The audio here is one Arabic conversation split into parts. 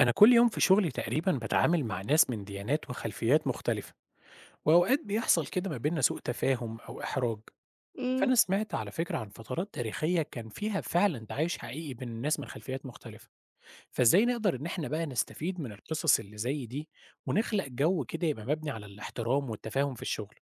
أنا كل يوم في شغلي تقريبا بتعامل مع ناس من ديانات وخلفيات مختلفة، وأوقات بيحصل كده ما بيننا سوء تفاهم أو إحراج. إمم، فأنا سمعت على فكرة عن فترات تاريخية كان فيها فعلا تعايش حقيقي بين الناس من خلفيات مختلفة. فإزاي نقدر إن إحنا بقى نستفيد من القصص اللي زي دي ونخلق جو كده يبقى مبني على الاحترام والتفاهم في الشغل؟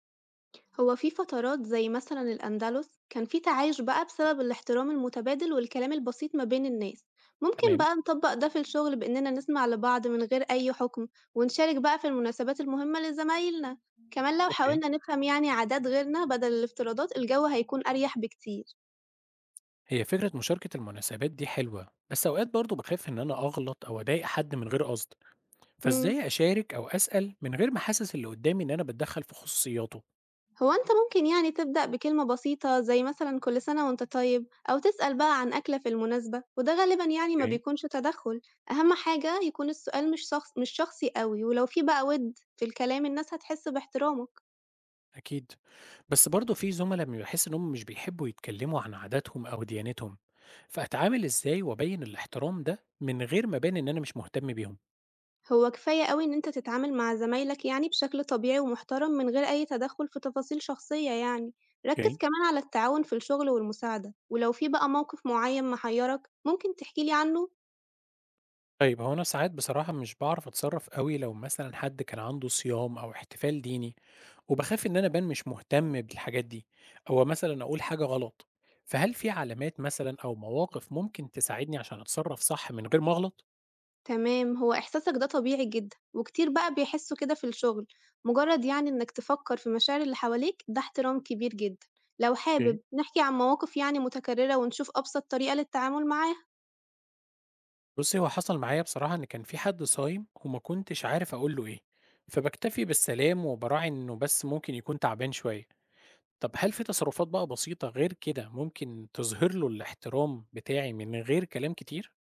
هو في فترات زي مثلًا الأندلس كان في تعايش بقى بسبب الاحترام المتبادل والكلام البسيط ما بين الناس، ممكن تمام. بقى نطبّق ده في الشغل بإننا نسمع لبعض من غير أي حكم، ونشارك بقى في المناسبات المهمة لزمايلنا، كمان لو أوكي. حاولنا نفهم يعني عادات غيرنا بدل الافتراضات الجو هيكون أريح بكتير. هي فكرة مشاركة المناسبات دي حلوة، بس أوقات برضو بخاف إن أنا أغلط أو أضايق حد من غير قصد. إمم. فإزاي أشارك أو أسأل من غير ما أحسس اللي قدامي إن أنا باتدخّل في خصوصياته؟ هو أنت ممكن يعني تبدأ بكلمة بسيطة زي مثلا كل سنة وأنت طيب أو تسأل بقى عن أكلة في المناسبة وده غالبا يعني ما أوكي. بيكونش تدخل. أهم حاجة يكون السؤال مش شخصي قوي ولو في بقى ود في الكلام الناس هتحس باحترامك. أكيد. بس برضه في زُملا لمّا باحس إن هم مش بيحبّوا يتكلّموا عن عاداتهم أو ديانتهم، فأتعامل إزاي وأبيّن الاحترام ده من غير ما أبان إن أنا مش مهتم بيهم؟ هو كفاية قوي إن أنت تتعامل مع زمايلك يعني بشكل طبيعي ومحترم من غير أي تدخل في تفاصيل شخصية يعني ركز أوكي. كمان على التعاون في الشغل والمساعدة ولو في بقى موقف معين محيرك ممكن تحكيلي عنه. طيب هو أنا ساعات بصراحة مش باعرف أتصرّف أوي لو مثلًا حد كان عنده صيام أو احتفال ديني، وباخاف إن أنا أبان مش مهتم بالحاجات دي، أو مثلًا أقول حاجة غلط، فهل في علامات مثلًا أو مواقف ممكن تساعدني عشان أتصرّف صح من غير ما أغلط؟ تمام، هو إحساسك ده طبيعي جدًا، وكتير بقى بيحسّوا كده في الشغل، مجرّد يعني إنّك تفكّر في مشاعر اللي حواليك ده احترام كبير جدًا، لو أوكي. حابب نحكي عن مواقف يعني متكرّرة ونشوف أبسط طريقة للتعامل معاها. بُصّي، هو حصل معايا بصراحة إن كان في حد صايم وما كنتش عارف أقول له إيه، فباكتفي بالسلام وباراعي إنه بس ممكن يكون تعبان شوية. طب هل في تصرفات بقى بسيطة غير كده ممكن تظهر له الاحترام بتاعي من غير كلام كتير؟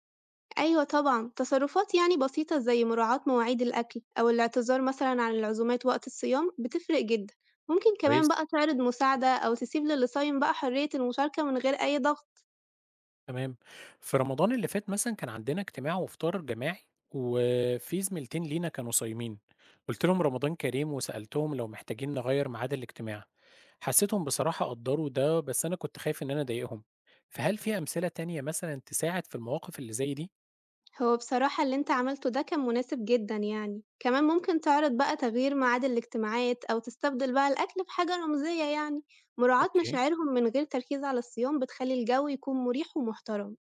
أيوه طبعًا، تصرّفات يعني بسيطة زي مراعاة مواعيد الأكل أو الاعتذار مثلًا عن العزومات وقت الصيام بتفرق جدًا، ممكن كمان كويس. بقى تعرض مساعدة أو تسيب للي صايم بقى حرية المشاركة من غير أي ضغط. تمام. في رمضان اللي فات مثلًا كان عندنا اجتماع وفطار جماعي، وفي زميلتين لينا كانوا صايمين، قُلت لهم رمضان كريم وسألتهم لو محتاجين نغيّر ميعاد الاجتماع. حسيتهم بصراحة قدّروا ده، بس أنا كنت خايف إن أنا أضايقهم. فهل في أمثلة تانية مثلًا تساعد في المواقف اللي زي دي؟ هو بصراحة اللي أنت عملته ده كان مناسب جدًا يعني، كمان ممكن تعرض بقى تغيير ميعاد الاجتماعات أو تستبدل بقى الأكل بحاجة رمزية يعني، مراعاة أوكي. مشاعرهم من غير تركيز على الصيام بتخلّي الجو يكون مريح ومحترم.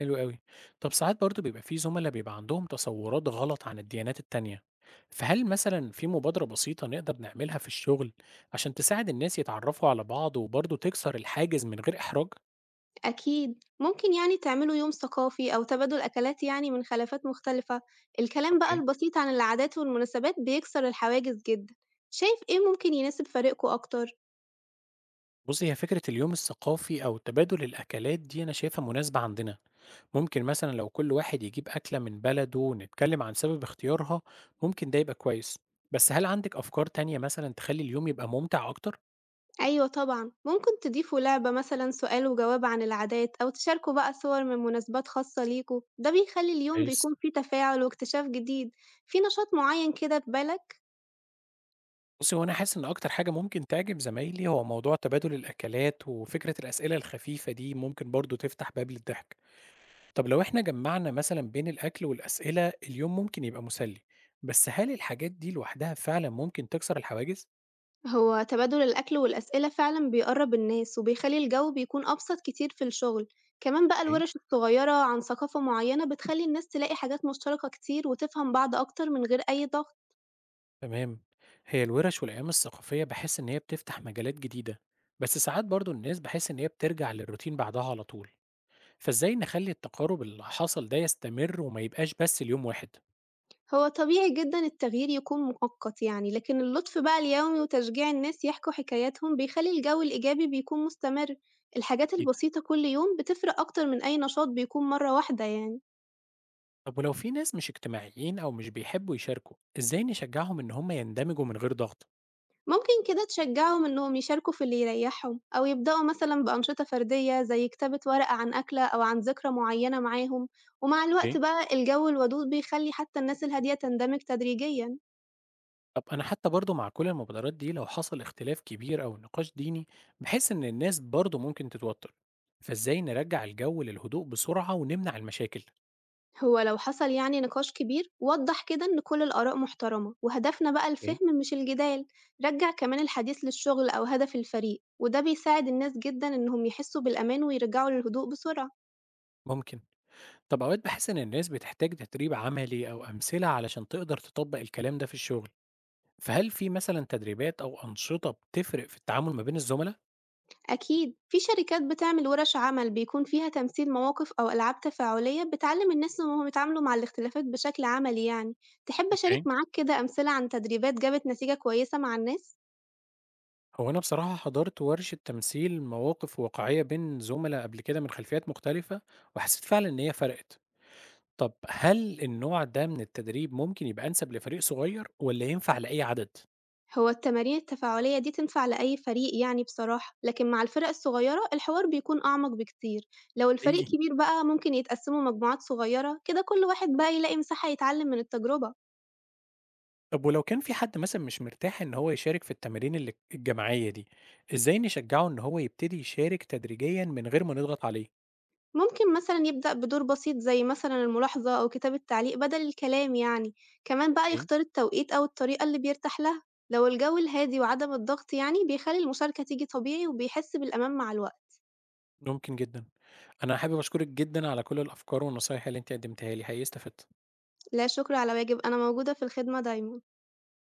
حلو أوي. طب ساعات برضه بيبقى في زملا بيبقى عندهم تصورات غلط عن الديانات التانية، فهل مثلًا في مبادرة بسيطة نقدر نعملها في الشغل عشان تساعد الناس يتعرفوا على بعض وبرضه تكسر الحاجز من غير إحراج؟ أكيد ممكن يعني تعملوا يوم ثقافي أو تبادل أكلات يعني من خلافات مختلفة، الكلام بقى اوكي. البسيط عن العادات والمناسبات بيكسر الحواجز جدًا، شايف إيه ممكن يناسب فريقكم أكتر؟ بصي، هي فكرة اليوم الثقافي أو تبادل الأكلات دي أنا شايفها مناسبة عندنا. ممكن مثلًا لو كل واحد يجيب أكلة من بلده ونتكلم عن سبب اختيارها، ممكن ده يبقى كويس. بس هل عندك أفكار تانية مثلًا تخلي اليوم يبقى ممتع أكتر؟ أيوه طبعًا، ممكن تضيفوا لعبة مثلًا سؤال وجواب عن العادات، أو تشاركوا بقى صور من مناسبات خاصة ليكم، ده بيخلّي اليوم كويس. بيكون فيه تفاعل واكتشاف جديد، في نشاط معيّن كده في بالك؟ بُصّي، هو أنا حاسس إن أكتر حاجة ممكن تعجب زمايلي هو موضوع تبادل الأكلات، وفكرة الأسئلة الخفيفة دي ممكن برضه تفتح باب للضحك. طب لو إحنا جمّعنا مثلًا بين الأكل والأسئلة، اليوم ممكن يبقى مسلي. بس هل الحاجات دي لوحدها فعلًا ممكن تكسر الحواجز؟ هو تبادل الأكل والأسئلة فعلًا بيقرّب الناس، وبيخلّي الجو بيكون أبسط كتير في الشغل، كمان بقى أوكي. الورش الصغيرة عن ثقافة معيّنة بتخلّي الناس تلاقي حاجات مشتركة كتير وتفهم بعض أكتر من غير أي ضغط. تمام. هي الورش والأيام الثقافية باحس إن هي بتفتح مجالات جديدة، بس ساعات برضه الناس باحس إن هي بترجع للروتين بعدها على طول. فإزاي نخلّي التقارب اللي حصل ده يستمر وما يبقاش بس ليوم واحد؟ هو طبيعي جدًا التغيير يكون مؤقت يعني، لكن اللطف بقى اليومي وتشجيع الناس يحكوا حكاياتهم بيخلّي الجو الإيجابي بيكون مستمر، الحاجات أكيد. البسيطة كل يوم بتفرق أكتر من أي نشاط بيكون مرّة واحدة يعني. طب ولو في ناس مش اجتماعيين أو مش بيحبوا يشاركوا، إزاي نشجعهم إن هم يندمجوا من غير ضغط؟ ممكن كده تشجعهم إنهم يشاركوا في اللي يريحهم، أو يبدأوا مثلًا بأنشطة فردية زي كتابة ورقة عن أكلة أو عن ذكرى معينة معاهم، ومع الوقت اوكي. بقى الجو الودود بيخلّي حتى الناس الهادية تندمج تدريجيًا. طب أنا حتى برضو مع كل المبادرات دي لو حصل اختلاف كبير أو نقاش ديني، بحس إن الناس برضو ممكن تتوتر، فإزاي نرجع الجو للهدوء بسرعة ونمنع المشاكل؟ هو لو حصل يعني نقاش كبير وضح كده إن كل الآراء محترمة وهدفنا بقى اوكي. الفهم مش الجدال. رجع كمان الحديث للشغل أو هدف الفريق وده بيساعد الناس جدا إنهم يحسوا بالأمان ويرجعوا للهدوء بسرعة. ممكن. طب أوقات بحس إن الناس بتحتاج تدريب عملي أو أمثلة علشان تقدر تطبق الكلام ده في الشغل، فهل في مثلا تدريبات أو أنشطة بتفرق في التعامل ما بين الزملاء؟ أكيد في شركات بتعمل ورش عمل بيكون فيها تمثيل مواقف أو ألعاب تفاعلية بتعلم الناس إنهم يتعاملوا مع الاختلافات بشكل عملي يعني. تحب أشارك اوكي. معاك كده أمثلة عن تدريبات جابت نتيجة كويسة مع الناس؟ هو أنا بصراحة حضرت ورشة تمثيل مواقف واقعية بين زملاء قبل كده من خلفيات مختلفة، وحسيت فعلًا إن هي فرقت. طب هل النوع ده من التدريب ممكن يبقى أنسب لفريق صغير والّا ينفع لأي عدد؟ هو التمارين التفاعلية دي تنفع لأي فريق يعني بصراحة، لكن مع الفرق الصغيرة الحوار بيكون أعمق بكتير، لو الفريق حقيقي. كبير بقى ممكن يتقسموا مجموعات صغيرة كده كل واحد بقى يلاقي مساحة يتعلم من التجربة. طب ولو كان في حد مثلًا مش مرتاح إن هو يشارك في التمارين الجماعية دي، إزاي نشجعه إن هو يبتدي يشارك تدريجيًا من غير ما نضغط عليه؟ ممكن مثلا يبدأ بدور بسيط زي مثلا الملاحظة أو كتابة تعليق بدل الكلام يعني، كمان بقى اوكي. يختار التوقيت أو الطريقة اللي بيرتاح لها، لو الجو الهادي وعدم الضغط يعني بيخلي المشاركة تيجي طبيعي وبيحس بالأمان مع الوقت. ممكن جدًا. أنا حابب أشكرك جدًا على كل الأفكار والنصايح اللي أنتِ قدمتيها لي، حقيقي استفدت. لا شكر على واجب أنا موجودة في الخدمة دايما.